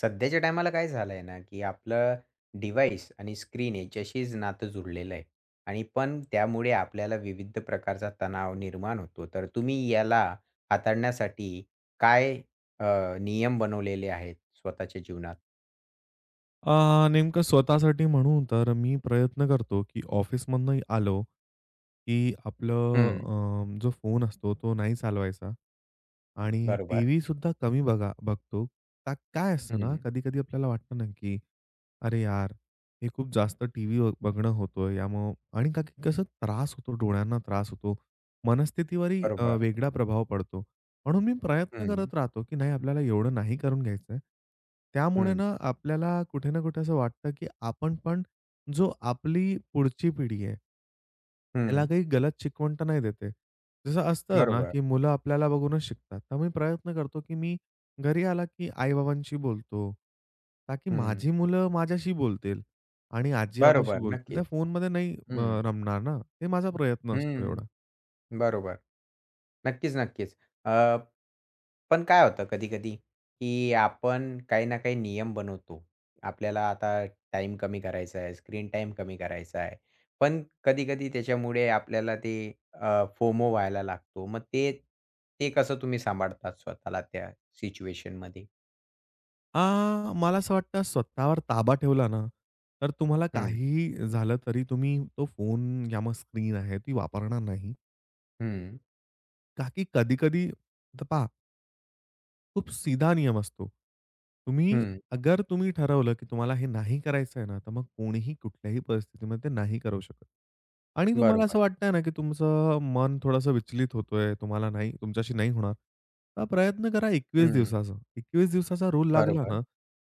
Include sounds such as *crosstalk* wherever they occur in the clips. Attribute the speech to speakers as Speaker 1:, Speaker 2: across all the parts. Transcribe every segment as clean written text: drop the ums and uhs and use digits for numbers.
Speaker 1: सध्याच्या टायमाला काय झालंय ना, की आपलं डिव्हाइस आणि स्क्रीन याच्याशीच नातं जुडलेलं आहे आणि पण त्यामुळे आपल्याला विविध प्रकारचा तणाव निर्माण होतो. तर तुम्ही याला हाताळण्यासाठी काय अ, नियम बनवलेले आहेत स्वतःच्या जीवनात?
Speaker 2: नेमकं स्वतःसाठी म्हणू तर मी प्रयत्न करतो, की ऑफिसमधनं आलो, की
Speaker 1: हं.
Speaker 2: आपलं जो फोन असतो तो नाही चालवायचा आणि
Speaker 1: बरोबर.
Speaker 2: टीव्हीसुद्धा कमी बघतो. का काय असतं ना,
Speaker 1: हं.
Speaker 2: कधी-कधी आपल्याला वाटतं ना, की "अरे यार, हे खूप जास्त टीव्ही बघणं होतोय यामुळं" आणि कसं त्रास होतो, डोळ्यांना त्रास होतो. मनस्थितीवरही
Speaker 1: बरोबर.
Speaker 2: वेगळा प्रभाव पडतो. म्हणून मी प्रयत्न
Speaker 1: हं.
Speaker 2: करत राहतो, की नाही आपल्याला एवढं नाही करून घ्यायचंय. त्यामुळे
Speaker 1: हं.
Speaker 2: ना आपल्याला कुठे ना कुठे असं वाटतं, की आपण पण जो आपली पुढची पिढी आहे, त्याला
Speaker 1: हं.
Speaker 2: काही गलत शिकवण तर नाही देते. जसं असतं ना,
Speaker 1: बरोबर.
Speaker 2: की मुलं आपल्याला बघूनच शिकतात. तर मी प्रयत्न करतो, की मी घरी आला, की आई बोलतो. ताकी
Speaker 1: हं.
Speaker 2: माझी मुलं माझ्याशी बोलतील आणि आजी-आबाशी
Speaker 1: बरोबर.
Speaker 2: बोलतील. त्या
Speaker 1: नक्कीच.
Speaker 2: फोनमध्ये नाही
Speaker 1: हं.
Speaker 2: रमणार ना. हे माझा प्रयत्न असतो
Speaker 1: हं.
Speaker 2: एवढा.
Speaker 1: बरोबर. नक्कीच, नक्कीच. पण काय होतं कधी-कधी, की आपण काही ना काही नियम बनवतो. आपल्याला आता टाईम कमी करायचा आहे, स्क्रीन टाईम कमी करायचा आहे. पण कधी-कधी त्याच्यामुळे आपल्याला ते फोमो व्हायला लागतो. मग ते ते कसं तुम्ही सांभाळतात स्वतःला त्या सिच्युएशनमध्ये?
Speaker 2: मला असं वाटतं स्वतःवर ताबा ठेवला ना, तर तुम्हाला
Speaker 1: हं.
Speaker 2: काहीही झालं तरी तुम्ही तो फोन या मग स्क्रीन आहे ती वापरणार नाही.
Speaker 1: हं.
Speaker 2: का की कधी-कधी पहा खूप सीधा नियम असतो. तुम्ही
Speaker 1: हं.
Speaker 2: अगर तुम्ही ठरवलं, की तुम्हाला हे नाही करायचं आहे ना, तर मग कोणीही कुठल्याही परिस्थितीमध्ये ते नाही करू शकत. आणि तुम्हाला
Speaker 1: बरोबर.
Speaker 2: असं वाटतंय ना, की तुमचं मन थोडंसं विचलित होतोय, तुम्हाला नाही तुमच्याशी नाही होणार. तर प्रयत्न करा 21
Speaker 1: हं.
Speaker 2: दिवसाचा. 21 दिवसाचा रूल लागला
Speaker 1: बरोबर.
Speaker 2: ना,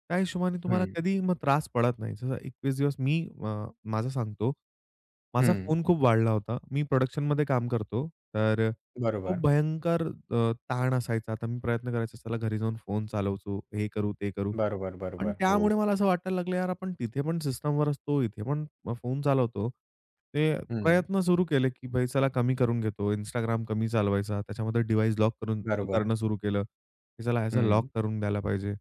Speaker 2: त्या हिशोबाने तुम्हाला
Speaker 1: हं.
Speaker 2: कधीही मग त्रास पडत नाही. जसं 21 दिवस मी माझं सांगतो. माझा
Speaker 1: हं.
Speaker 2: फोन खूप वाढला होता. मी प्रोडक्शनमध्ये काम करतो. तर खूप
Speaker 1: बरोबर.
Speaker 2: भयंकर ताण असायचा. आता मी प्रयत्न करायचो चला घरी जाऊन फोन चालवतो, हे करू, ते करू.
Speaker 1: बरोबर,
Speaker 2: पण
Speaker 1: बरोबर. हो.
Speaker 2: त्यामुळे मला असं वाटायला लागलं, यार आपण तिथे पण सिस्टमवर असतो, इथे पण फोन चालवतो. ते
Speaker 1: हं.
Speaker 2: प्रयत्न सुरू केले, की भाई चला कमी करून घेतो. Instagram कमी चालवायचा. त्याच्यामध्ये डिव्हाइस लॉक करून
Speaker 1: बरोबर.
Speaker 2: करणं सुरू केलं, की चला ह्याचा लॉक
Speaker 1: हं.
Speaker 2: करून द्यायला पाहिजे.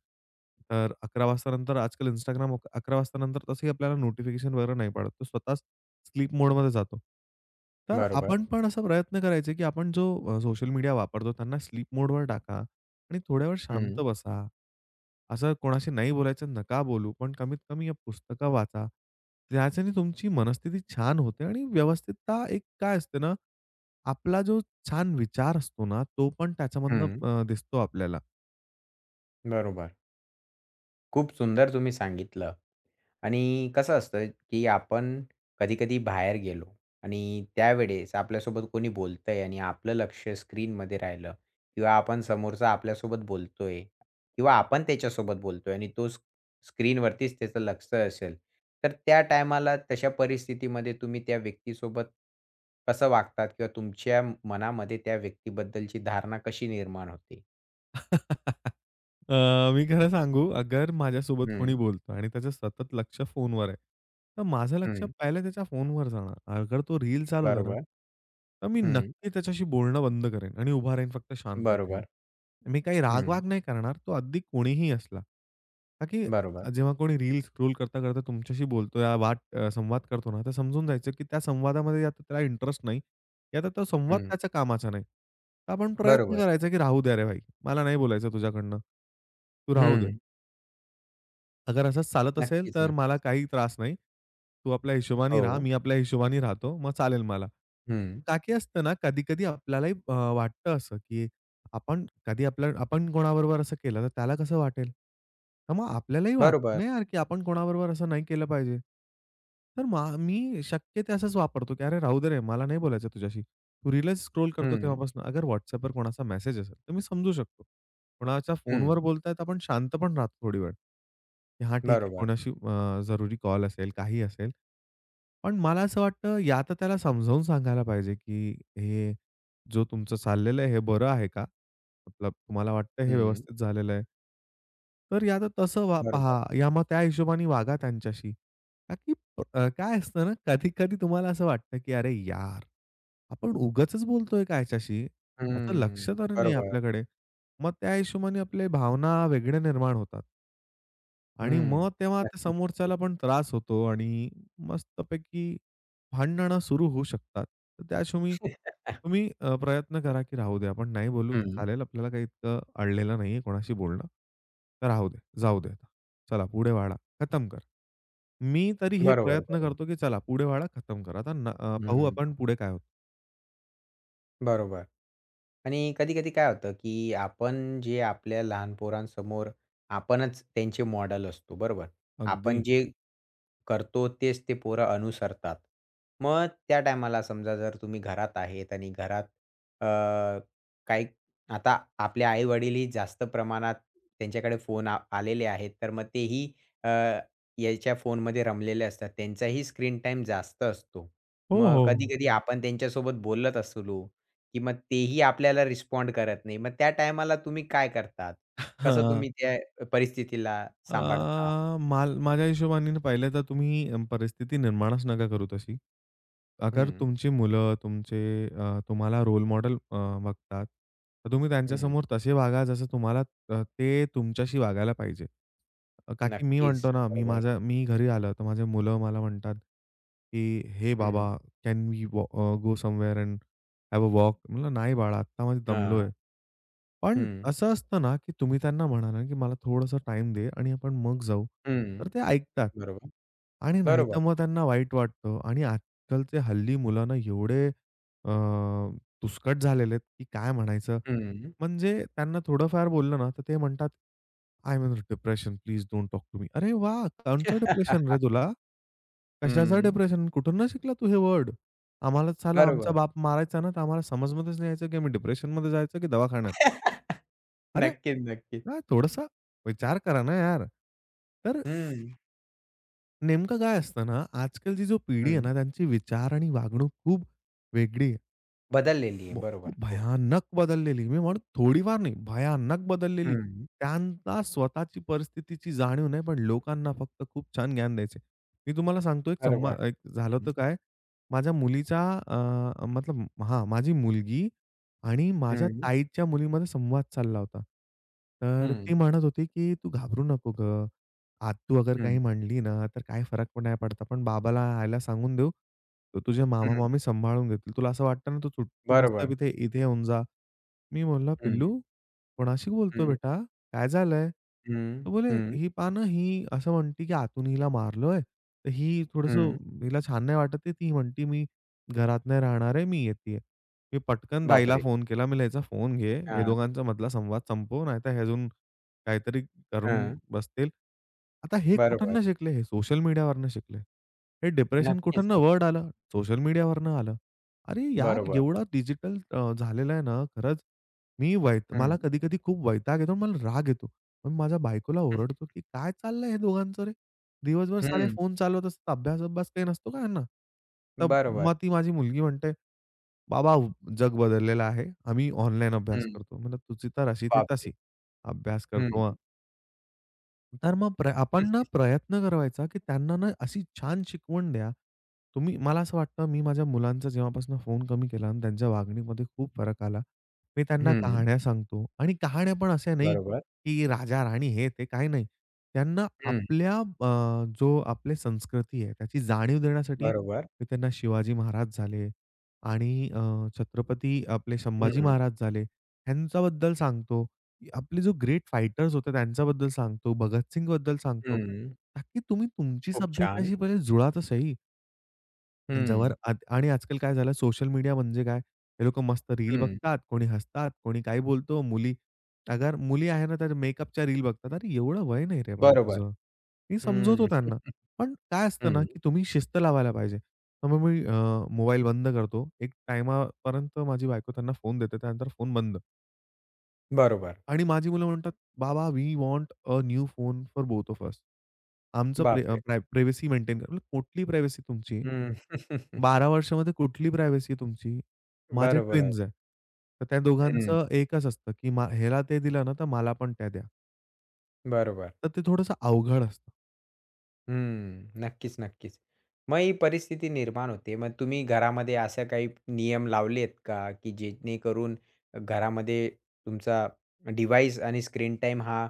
Speaker 2: तर 11:00 वाजता नंतर आजकाल Instagram 11:00 वाजता नंतर तसंही आपल्याला नोटिफिकेशन वगैरे नाही पडत. तो स्वतःच स्लीप मोडमध्ये जातो. तर
Speaker 1: बरोबर.
Speaker 2: आपण पण असा प्रयत्न करायचे, की आपण जो सोशल मीडिया वापरतो त्यांना स्लीप मोडवर टाका आणि थोड्या वेळ शांत
Speaker 1: हं.
Speaker 2: बसा. असं कोणाशी नाही बोलायचं, नका बोलू. पण कमीत कमी या पुस्तकं वाचा. त्याच्याने तुमची मनस्थिती छान होते आणि व्यवस्थितता एक काय असते ना, आपला जो छान विचार असतो ना, तो पण त्याच्यामधनं
Speaker 1: हं.
Speaker 2: दिसतो आपल्याला.
Speaker 1: बरोबर. खूप सुंदर तुम्ही सांगितलं. आणि कसं असतं, की आपण कधी-कधी बाहेर गेलो आणि त्यावेळेस आपल्यासोबत कोणी बोलतंय आणि आपलं लक्ष स्क्रीनमध्ये राहिलं किंवा आपण समोरचा आपल्यासोबत बोलतोय किंवा आपण त्याच्यासोबत बोलतोय आणि तो स्क्रीनवरतीच त्याचं लक्ष असेल, तर त्या टायमाला तशा परिस्थितीमध्ये तुम्ही त्या व्यक्तीसोबत कसं वागतात किंवा तुमच्या मनामध्ये त्या व्यक्तीबद्दलची धारणा कशी निर्माण होते?
Speaker 2: *laughs* मी खरं सांगू, अगर माझ्यासोबत कोणी
Speaker 1: हं.
Speaker 2: बोलतो आणि त्याचं सतत लक्ष फोनवर आहे, तर माझं लक्ष
Speaker 1: हं.
Speaker 2: पहिलं त्याच्या फोनवर जाणार. अगर तो रील चालवतो ना,
Speaker 1: बरोबर.
Speaker 2: तर मी
Speaker 1: हं.
Speaker 2: नक्की त्याच्याशी बोलणं बंद करेन आणि उभा राहीन फक्त शांततेने.
Speaker 1: बरोबर.
Speaker 2: मी काही
Speaker 1: हं.
Speaker 2: राग-वाग नाही करणार. तो अगदी कोणीही असला. का की
Speaker 1: बरोबर.
Speaker 2: जेव्हा कोणी रील स्क्रोल करता-करता तुमच्याशी बोलतो या संवाद करतो ना, तर समजून जायचं की त्या संवादामध्ये या तर त्याला इंटरेस्ट नाही, या तर तो संवाद
Speaker 1: हं.
Speaker 2: त्याच्या कामाचा नाही. तर आपण प्रयत्न
Speaker 1: बरोबर.
Speaker 2: करायचा की राहू द्या रे भाई. मला नाही बोलायचं तुझ्याकडनं. तू राहू दे.
Speaker 1: हं.
Speaker 2: अगर असंच चालत असेल,
Speaker 1: नक्कीच,
Speaker 2: तर मला
Speaker 1: नक्कीच.
Speaker 2: काही त्रास नाही. तू आपल्या हिशोबाने राहा,
Speaker 1: हो.
Speaker 2: मी आपल्या हिशोबाने राहतो. मग चालेल मला.
Speaker 1: हं.
Speaker 2: का की असतं ना, कधी-कधी आपल्यालाही वाटतं असं, की आपण कधी आपल्या आपण कोणाबरोबर असं केलं, तर त्याला कसं वाटेल? तर मग आपल्यालाही वाटतं
Speaker 1: बरोबर.
Speaker 2: ना यार, की आपण कोणाबरोबर असं नाही केलं पाहिजे. तर मी शक्य ते असंच वापरतो, की "अरे राहू दे रे, मला नाही बोलायचं तुझ्याशी." तू रीलच स्क्रोल करतो
Speaker 1: हं.
Speaker 2: तेव्हापासून अगर WhatsAppवर कोणाचा मेसेज असेल, तर मी समजू शकतो. कोणाच्या
Speaker 1: हं.
Speaker 2: फोनवर बोलतायत आपण शांत पण राहतो थोडी वेळ. की हां, ठीक आहे
Speaker 1: बरोबर.
Speaker 2: कोणाशी जरुरी कॉल असेल, काही असेल. पण मला असं वाटतं या तर त्याला समजावून सांगायला पाहिजे, की हे जो तुमचं चाललेलं आहे, हे बरं आहे का? मतलब तुम्हाला वाटतं हे
Speaker 1: हं.
Speaker 2: व्यवस्थित झालेलं आहे? तर या तर तसं वा पहा,
Speaker 1: बरोबर.
Speaker 2: या मग त्या हिशोबाने वागा त्यांच्याशी. का की काय असतं ना, कधी-कधी तुम्हाला असं वाटतं, की "अरे यार! आपण उगाचच बोलतोय का ह्याच्याशी? ह्याचं लक्ष
Speaker 1: हं.
Speaker 2: तर नाही
Speaker 1: बरोबर.
Speaker 2: आपल्याकडे." मग त्या हिशोबाने आपल्या भावना वेगळ्या निर्माण होतात. आणि मग
Speaker 1: हं.
Speaker 2: तेव्हा त्या
Speaker 1: नक्कीच, नक्कीच.
Speaker 2: समोरच्याला पण त्रास होतो आणि मस्तपैकी भांडणं सुरू होऊ शकतात. तर त्या हिशोबाने तुम्ही प्रयत्न करा की राहू दे. आपण नाही बोलू तर
Speaker 1: हं.
Speaker 2: चालेल. आपल्याला काही इतकं अडलेलं नाहीये कोणाशी बोलणं. तर राहू दे, जाऊ दे आता. चला पुढे वाढा, खतम कर. मी तरी हे
Speaker 1: बरोबर,
Speaker 2: प्रयत्न
Speaker 1: बरोबर.
Speaker 2: करतो की चला पुढे वाढा, खतम करा. आता पाहू
Speaker 1: हं.
Speaker 2: आपण पुढे काय होतं.
Speaker 1: बरोबर. आणि कधी-कधी काय होतं, की आपण जे आपल्या लहान पोरांसमोर आपणच त्यांचे मॉडेल असतो, बरोबर?
Speaker 2: अगदी.
Speaker 1: आपण जे करतो तेच ते पोरं अनुसरतात. मग त्या टायमाला समजा जर तुम्ही घरात आहेत आणि घरात अ, काही आता आपले आई-वडीलही जास्त प्रमाणात त्यांच्याकडे फोन आलेले आहेत, तर मग तेही अ, याच्या फोनमध्ये रमलेले असतात. त्यांचाही स्क्रीन टाईम जास्त असतो.
Speaker 2: हो,
Speaker 1: मग
Speaker 2: हो.
Speaker 1: कधी-कधी आपण त्यांच्यासोबत बोलत असलो की मग तेही आपल्याला रिस्पॉन्ड करत नाही. मग त्या टायमाला तुम्ही काय करतात? कसं तुम्ही
Speaker 2: *laughs*
Speaker 1: त्या परिस्थितीला सांभाळता?
Speaker 2: अ, माल माझ्या हिशोबाने पाहिलं तर तुम्ही परिस्थिती निर्माणच नका करू तशी. अगर
Speaker 1: हं.
Speaker 2: तुमची मुलं तुमचे तुम्हाला रोल मॉडेल बघतात, तर तुम्ही
Speaker 1: हं.
Speaker 2: त्यांच्यासमोर तसे वागा जसं तुम्हाला ते तुमच्याशी वागायला पाहिजे. का की मी
Speaker 1: नक्कीच.
Speaker 2: म्हणतो ना, मी
Speaker 1: बरोबर.
Speaker 2: माझ्या मी घरी आलं तर माझे मुलं मला म्हणतात, की "हे बाबा,
Speaker 1: हं.
Speaker 2: Can we go somewhere and have a walk?" म्हटलं, "नाही बाळा, आत्ता मी दमलोय."
Speaker 1: हां.
Speaker 2: पण
Speaker 1: हं.
Speaker 2: असं असतं ना, की तुम्ही त्यांना म्हणा ना, की मला थोडासा टाइम दे आणि आपण मग जाऊ. तर
Speaker 1: हं.
Speaker 2: ते ऐकतात.
Speaker 1: बरोबर.
Speaker 2: आणि नाहीतर
Speaker 1: बरोबर.
Speaker 2: मग त्यांना वाईट वाटतं आणि आजकालचे हल्ली मुलं ना एवढे अ, तुसकट झालेले आहेत, की काय म्हणायचं.
Speaker 1: हं.
Speaker 2: म्हणजे त्यांना थोडंफार बोललं ना, तर ते म्हणतात, "I am in depression. Please don't talk to me." अरे वाह! कोणचं
Speaker 1: *laughs*
Speaker 2: डिप्रेशन रे तुला? कशाचं
Speaker 1: हं.
Speaker 2: डिप्रेशन? कुठून ना शिकला तू हे वर्ड? आम्हाला साला आमचा
Speaker 1: बरोबर.
Speaker 2: बाप मारायचा ना, तर आम्हाला समजमध्येच नाही यायचं, की आम्ही डिप्रेशनमध्ये जायचं की दवाखान्यात. अरे!
Speaker 1: नक्कीच, नक्कीच.
Speaker 2: हां, थोडासा विचार करा ना यार. तर
Speaker 1: हं.
Speaker 2: नेमकं काय असतं ना, आजकालची जो पिढी आहे
Speaker 1: हं.
Speaker 2: ना, त्यांची विचार आणि वागणूक खूप वेगळी
Speaker 1: बदललेली आहे.
Speaker 2: ब
Speaker 1: बरोबर. हो.
Speaker 2: भयानक बदललेली. मी म्हणू थोडीफार नाही, भयानक बदललेली.
Speaker 1: हं.
Speaker 2: त्यांना स्वतःची परिस्थितीची जाणीव नाही, पण लोकांना फक्त खूप छान ज्ञान द्यायचे. मी तुम्हाला सांगतो
Speaker 1: बरोबर.
Speaker 2: एक झालं
Speaker 1: हं.
Speaker 2: होतं काय, माझ्या मुलीचा अ, मतलब हां, माझी मुलगी आणि माझ्या
Speaker 1: हं.
Speaker 2: ताईच्या मुलीमध्ये संवाद चालला होता. तर ती
Speaker 1: हं.
Speaker 2: म्हणत होती, की "तू घाबरू नको गं. आत्तू अगर
Speaker 1: हं.
Speaker 2: काही म्हणली ना, तर काही फरक पण नाही पडत. आपण बाबाला यायला सांगून देऊ. तर तुझे
Speaker 1: हं.
Speaker 2: मामा-मामी सांभाळून घेतील. तुला असं वाटतं ना, तू तू मस्त
Speaker 1: बरोबर.
Speaker 2: इथे इथे येऊन जा. मी बोलला,
Speaker 1: हं.
Speaker 2: "पिल्लू, कोणाशी बोलतो
Speaker 1: हं.
Speaker 2: बेटा? काय झालंय?"
Speaker 1: हं.
Speaker 2: तो बोले,
Speaker 1: हं.
Speaker 2: "ही पहा ना, ही असं म्हणते की आतून हिला मारलोय. तर ही थोडंसं
Speaker 1: हं.
Speaker 2: हिला छान नाही वाटत आहे. ती म्हणते, 'मी घरात नाही राहणार आहे, मी येतीये.' मी पटकन ताईला
Speaker 1: बापरे!
Speaker 2: फोन केला. म्हणलं, "याचा फोन घे. हे
Speaker 1: हां.
Speaker 2: दोघांचा मधला संवाद संपव, नाहीतर हे अजून काहीतरी करून
Speaker 1: हां.
Speaker 2: बसतील." आता हे
Speaker 1: बरोबर.
Speaker 2: कुठून शिकले? हे सोशल मीडियावरनं शिकले. हे डिप्रेशन
Speaker 1: नक्कीच,
Speaker 2: कुठून वर्ड
Speaker 1: नक्कीच.
Speaker 2: आलं? सोशल मीडियावरनं आलं. अरे यार,
Speaker 1: बरोबर.
Speaker 2: एवढा डिजिटल झालेला आहे ना खरंच मी वैत मला
Speaker 1: हं.
Speaker 2: कधी-कधी खूप वैताग येतो आणि मला राग येतो. पण माझ्या बायकोला ओरडतो, की "काय चाललंय हे दोघांचं रे? दिवसभर सारे
Speaker 1: हं.
Speaker 2: फोन चालवत असतात. अभ्यास-अभ्यास काही नसतो का ह्यांना?" तर
Speaker 1: बरोबर.
Speaker 2: मग ती माझी मुलगी म्हणते, "बाबा जग बदललेलं आहे. आम्ही ऑनलाईन अभ्यास
Speaker 1: हं.
Speaker 2: करतो." म्हणलं, "तुझी तर अशी ती
Speaker 1: बापरे!
Speaker 2: तशी. अभ्यास करतो
Speaker 1: हं.
Speaker 2: तर मग आपण ना प्रयत्न करायचा, की त्यांना ना अशी छान शिकवण द्या. तुम्ही मला असं वाटतं मी माझ्या मुलांचा जेव्हापासून फोन कमी केला आणि त्यांच्या वागणीमध्ये खूप फरक आला. मी त्यांना
Speaker 1: हं.
Speaker 2: कहाण्या सांगतो आणि कहाण्या पण अशा नाही,
Speaker 1: बरोबर.
Speaker 2: की राजा-राणी हे ते काही नाही. त्यांना
Speaker 1: हं.
Speaker 2: आपल्या जो आपली संस्कृती आहे त्याची जाणीव देण्यासाठी
Speaker 1: बरोबर.
Speaker 2: मी त्यांना शिवाजी महाराज झाले आणि छत्रपती आपले संभाजी
Speaker 1: हं.
Speaker 2: महाराज झाले, ह्यांच्याबद्दल सांगतो. आपले जो ग्रेट फायटर्स होते त्यांच्याबद्दल सांगतो, भगत सिंगबद्दल सांगतो.
Speaker 1: हं.
Speaker 2: ताकी तुम्ही तुमची
Speaker 1: खूप छान.
Speaker 2: सभ्यताशी पहिले जुळा तर सही. जवर
Speaker 1: हं.
Speaker 2: आज आणि आजकाल काय झालं सोशल मीडिया म्हणजे काय? हे लोकं मस्त रील
Speaker 1: हं.
Speaker 2: बघतात, कोणी हसतात, कोणी काय बोलतो. अगर मुली आहे ना, तर मेकअपच्या रील बघतात. अरे एवढं वय नाही रे बाळ
Speaker 1: बरोबर.
Speaker 2: तुझं. मी समजवतो
Speaker 1: हं.
Speaker 2: त्यांना. पण काय असतं ना,
Speaker 1: हं.
Speaker 2: की तुम्ही शिस्त लावायला पाहिजे. तर मग मी मोबाईल बंद करतो. एक टाईमापर्यंत माझी बायको त्यांना फोन देते, त्यानंतर फोन बंद.
Speaker 1: बरोबर.
Speaker 2: आणि माझी मुलं म्हणतात, "बाबा, we want a new phone for both of us." आमचं प्रे अ,
Speaker 1: बापरे!
Speaker 2: प्राय प्रायव्हसी मेंटेन करा. म्हटलं, "कुठली प्रायव्हसी तुमची?
Speaker 1: हं. *laughs*
Speaker 2: 12 वर्षामध्ये कुठली प्रायव्हसी तुमची? माझे
Speaker 1: बरोबर.
Speaker 2: ट्विन्स आहे. तर त्या
Speaker 1: हं.
Speaker 2: दोघांचं एकच असतं, की ह्याला ते दिलं ना, तर मला पण त्या द्या."
Speaker 1: बरोबर.
Speaker 2: तर ते थोडंसं अवघड असतं.
Speaker 1: हम्म. नक्कीच, नक्कीच. मग ही परिस्थिती निर्माण होते. मग तुम्ही घरामध्ये असे काही नियम लावलेत का, की जेणेकरून घरामध्ये तुमचा डिव्हाइस आणि स्क्रीन टाइम हा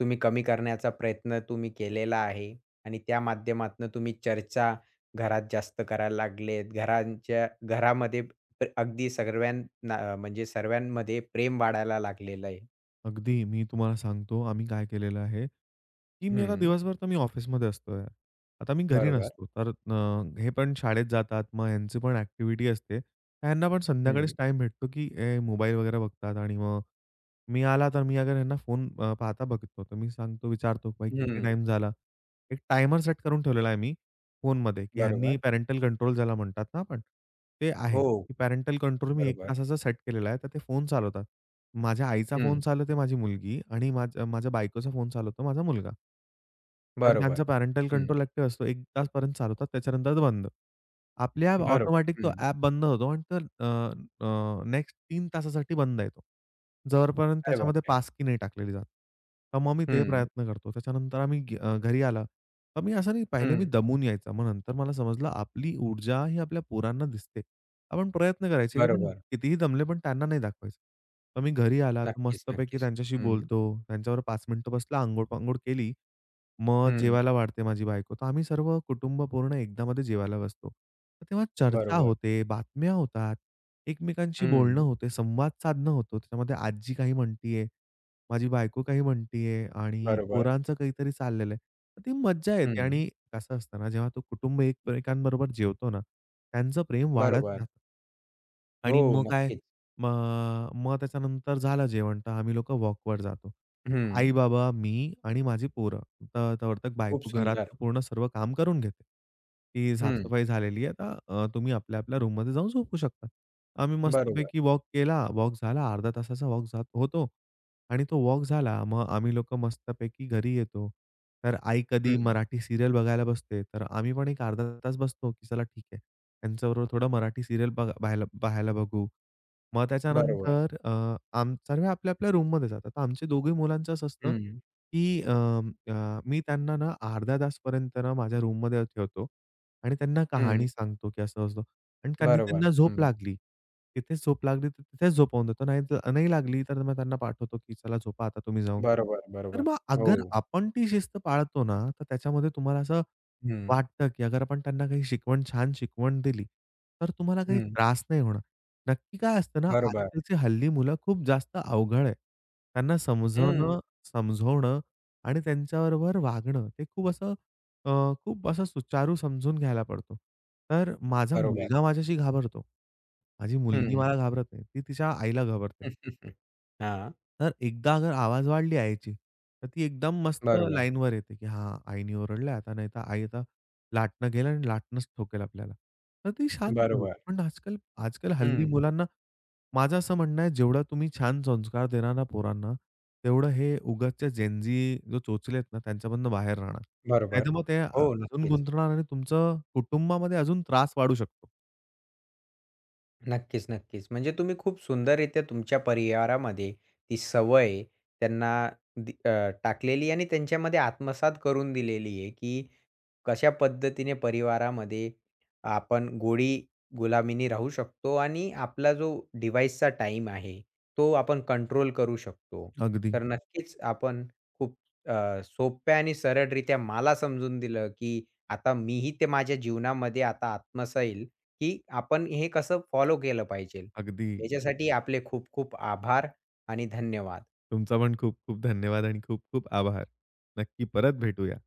Speaker 1: तुम्ही कमी करण्याचा प्रयत्न तुम्ही केलेला आहे आणि त्या माध्यमातून तुम्ही चर्चा घरात जास्त करायला लागलेत. घरांच्या घरामध्ये अगदी सर्वांना म्हणजे सर्वांमध्ये प्रेम वाढायला लागलेलं आहे.
Speaker 2: अगदी. मी तुम्हाला सांगतो आम्ही काय केलेलं आहे, की मी आता
Speaker 1: हं.
Speaker 2: दिवसभर तर मी ऑफिसमध्ये असतोय. आता मी घरी
Speaker 1: बरोबर.
Speaker 2: नसतो. तर हे पण शाळेत जातात. मग ह्यांची पण ॲक्टिव्हिटी असते. ह्यांना पण
Speaker 1: हं.
Speaker 2: संध्याकाळीच टाईम भेटतो, की हे मोबाईल वगैरे बघतात आणि मग मी आला तर मी अगर ह्यांना फोन अ, पाहता बघतो. तर मी सांगतो, विचारतो, "भाई किती
Speaker 1: हं.
Speaker 2: टाईम झाला?" एक टायमर सेट करून ठेवलेला आहे मी फोनमध्ये, की ह्यांनी
Speaker 1: बरोबर.
Speaker 2: पॅरेंटल कंट्रोल ज्याला म्हणतात ना आपण, ते आहे,
Speaker 1: हो.
Speaker 2: की पॅरेंटल कंट्रोल मी 1
Speaker 1: बरोबर.
Speaker 2: तासाचा सेट केलेला आहे. तर ते फोन चालवतात. माझ्या आईचा फोन
Speaker 1: हं.
Speaker 2: चालवते माझी मुलगी आणि माझ्या माझ्या बायकोचा फोन चालवतो माझा मुलगा. तर त्यांचा
Speaker 1: बरोबर.
Speaker 2: पॅरेंटल
Speaker 1: हं.
Speaker 2: कंट्रोल ॲक्टिव्ह असतो. 1 तासपर्यंत चालवतात त्याच्यानंतर बंद. आपल्या
Speaker 1: बरोबर.
Speaker 2: ऑटोमॅटिक तो
Speaker 1: हं.
Speaker 2: ॲप बंद होतो आणि तर अ, अ, नेक्स्ट 3 तासासाठी बंद आहे तो. जोपर्यंत
Speaker 1: अरे
Speaker 2: त्याच्यामध्ये
Speaker 1: बापरे!
Speaker 2: पासकी नाही टाकलेली जात. तर मग मी ते
Speaker 1: हं.
Speaker 2: प्रयत्न करतो. त्याच्यानंतर आम्ही घरी आला. तर मी असं नाही पहिले मी
Speaker 1: हं.
Speaker 2: दमून यायचा. मग नंतर मला समजलं आपली ऊर्जा ही आपल्या पोरांना दिसते. आपण प्रयत्न करायचे, की आपण
Speaker 1: बरोबर.
Speaker 2: कितीही दमले, पण त्यांना नाही दाखवायचं. तर मी घरी आला, तर
Speaker 1: नक्कीच,
Speaker 2: मस्तपैकी
Speaker 1: नक्कीच.
Speaker 2: त्यांच्याशी
Speaker 1: हं.
Speaker 2: बोलतो. त्यांच्यावर 5 मिनिटं बसला, अंघोळ-पांघोळ केली. मग
Speaker 1: हं.
Speaker 2: जेवायला वाढते माझी बायको. तर आम्ही सर्व कुटुंब पूर्ण एकदामध्ये जेवायला बसतो. तर तेव्हा चर्चा
Speaker 1: बरोबर.
Speaker 2: होते, बातम्या होतात, एकमेकांशी बोलणं
Speaker 1: हं.
Speaker 2: होते, संवाद साधणं होतो. त्याच्यामध्ये आजी काही म्हणतीये, माझी बायको काही म्हणतीये आणि
Speaker 1: बरोबर.
Speaker 2: पोरांचं काहीतरी चाललेलं आहे. तर ती मज्जा येते
Speaker 1: हं.
Speaker 2: आणि कसं असतं ना, जेव्हा तो कुटुंब एकमेकांबरोबर जेवतो ना, त्यांचं प्रेम वाढत
Speaker 1: बरोबर.
Speaker 2: जातं. आणि
Speaker 1: हो,
Speaker 2: मग काय,
Speaker 1: नक्कीच.
Speaker 2: मग मग त्याच्यानंतर झालं जेवण, तर आम्ही लोकं वॉकवर जातो.
Speaker 1: हं.
Speaker 2: आई-बाबा, मी आणि माझी पोरं. तर तोवरतक
Speaker 1: खूप
Speaker 2: बायको घरात
Speaker 1: सुंदर.
Speaker 2: पूर्ण सर्व काम करून घेते, की
Speaker 1: हं.
Speaker 2: सफाई झालेली आहे, तर तुम्ही आपल्या-आपल्या रूममध्ये जाऊन झोपू शकता. आम्ही
Speaker 1: बरोबर.
Speaker 2: मस्तपैकी वॉक केला. वॉक झाला, अर्ध्या तासाचा वॉक जात होतो. आणि तो वॉक झाला, मग आम्ही लोकं मस्तपैकी घरी येतो. तर आई कधी
Speaker 1: हं.
Speaker 2: मराठी सीरियल बघायला बसते, तर आम्ही पण एक अर्धा तास बसतो, की चला ठीक आहे. त्यांच्याबरोबर थोडं मराठी सीरियल बघा पाहायला पाहायला बघू. मग
Speaker 1: बरोबर.
Speaker 2: त्याच्यानंतर आम सर्व आपल्या-आपल्या रूममध्ये जातात. तर आमच्या दोघी मुलांचं असं असतं,
Speaker 1: हं.
Speaker 2: की अ, अ, मी त्यांना ना अर्धा तासपर्यंत ना माझ्या रूममध्ये ठेवतो आणि त्यांना
Speaker 1: हं.
Speaker 2: कहाणी सांगतो, की असं-असं. आणि त्यांनी
Speaker 1: बरोबर.
Speaker 2: त्यांना
Speaker 1: हं.
Speaker 2: झोप लागली. तिथेच झोप लागली तर तिथेच झोपवून देतो. नाही तर नाही लागली तर मग त्यांना पाठवतो, की "चला झोपा आता तुम्ही जाऊन."
Speaker 1: बरोबर,
Speaker 2: तर
Speaker 1: बरोबर.
Speaker 2: मग
Speaker 1: हो.
Speaker 2: अगर आपण ती शिस्त पाळतो ना, तर त्याच्यामध्ये तुम्हाला असं
Speaker 1: हं.
Speaker 2: वाटतं, की अगर आपण त्यांना काही छान शिकवण दिली, तर तुम्हाला काही
Speaker 1: हं.
Speaker 2: त्रास नाही होणार. नक्की काय असतं ना,
Speaker 1: बरोबर.
Speaker 2: आजकालची हल्ली मुलं खूप जास्त अवघड आहे. त्यांना
Speaker 1: हं.
Speaker 2: समजवणं, समजवणं आणि त्यांच्याबरोबर वागणं, ते खूप असं अ, खूप असं सुचारू समजून घ्यायला पडतो. तर माझा
Speaker 1: बरोबर.
Speaker 2: मुलगा माझ्याशी घाबरतो. माझी मुलगी
Speaker 1: हं.
Speaker 2: मला घाबरत नाही. ती तिच्या आईला घाबरते.
Speaker 1: *laughs* हां.
Speaker 2: तर एकदा अगर आवाज वाढली आईची, तर ती एकदम मस्त
Speaker 1: बरोबर,
Speaker 2: लाईनवर येते, की हां, आईने ओरडलंय आता नाहीतर आई आता लाटणं घेईल आणि लाटणंच ठोकेल आपल्याला. तर ती शांत
Speaker 1: बरोबर.
Speaker 2: होते. पण आजकाल आजकाल हल्ली
Speaker 1: हं.
Speaker 2: मुलांना माझं असं म्हणणं आहे, जेवढा तुम्ही छान संस्कार देणार ना पोरांना, तेवढं हे उगाचच्या जो चोचले आहेत ना, त्यांच्यामधनं बाहेर राहणार. नाहीतर
Speaker 1: बरोबर.
Speaker 2: मग ते
Speaker 1: हो,
Speaker 2: अजून
Speaker 1: नक्कीच.
Speaker 2: गुंतणार आणि तुमचं कुटुंबामध्ये अजून त्रास वाढू शकतो.
Speaker 1: नक्कीच, नक्कीच. म्हणजे तुम्ही खूप सुंदररीत्या तुमच्या परिवारामध्ये ती सवय त्यांना टाकलेली आणि त्यांच्यामध्ये आत्मसात करून दिलेली आहे, की कशा पद्धतीने परिवारामध्ये आपण गोडी गुलामीनी राहू शकतो आणि आपला जो डिव्हाइसचा टाईम आहे, तो आपण कंट्रोल करू शकतो.
Speaker 2: अगदी,
Speaker 1: तर नक्कीच आपण खूप सोप्या आणि सरळरित्या मला समजून दिलं, की आता मीही ते माझ्या जीवनामध्ये आता आत्मसाईल की आपण हे कसं फॉलो केलं पाहिजे. हं.
Speaker 2: अगदी.
Speaker 1: याच्यासाठी आपले खूप खूप आभार आणि धन्यवाद.
Speaker 2: तुमचा पण खूप खूप धन्यवाद आणि खूप खूप आभार. नक्की परत भेटूया.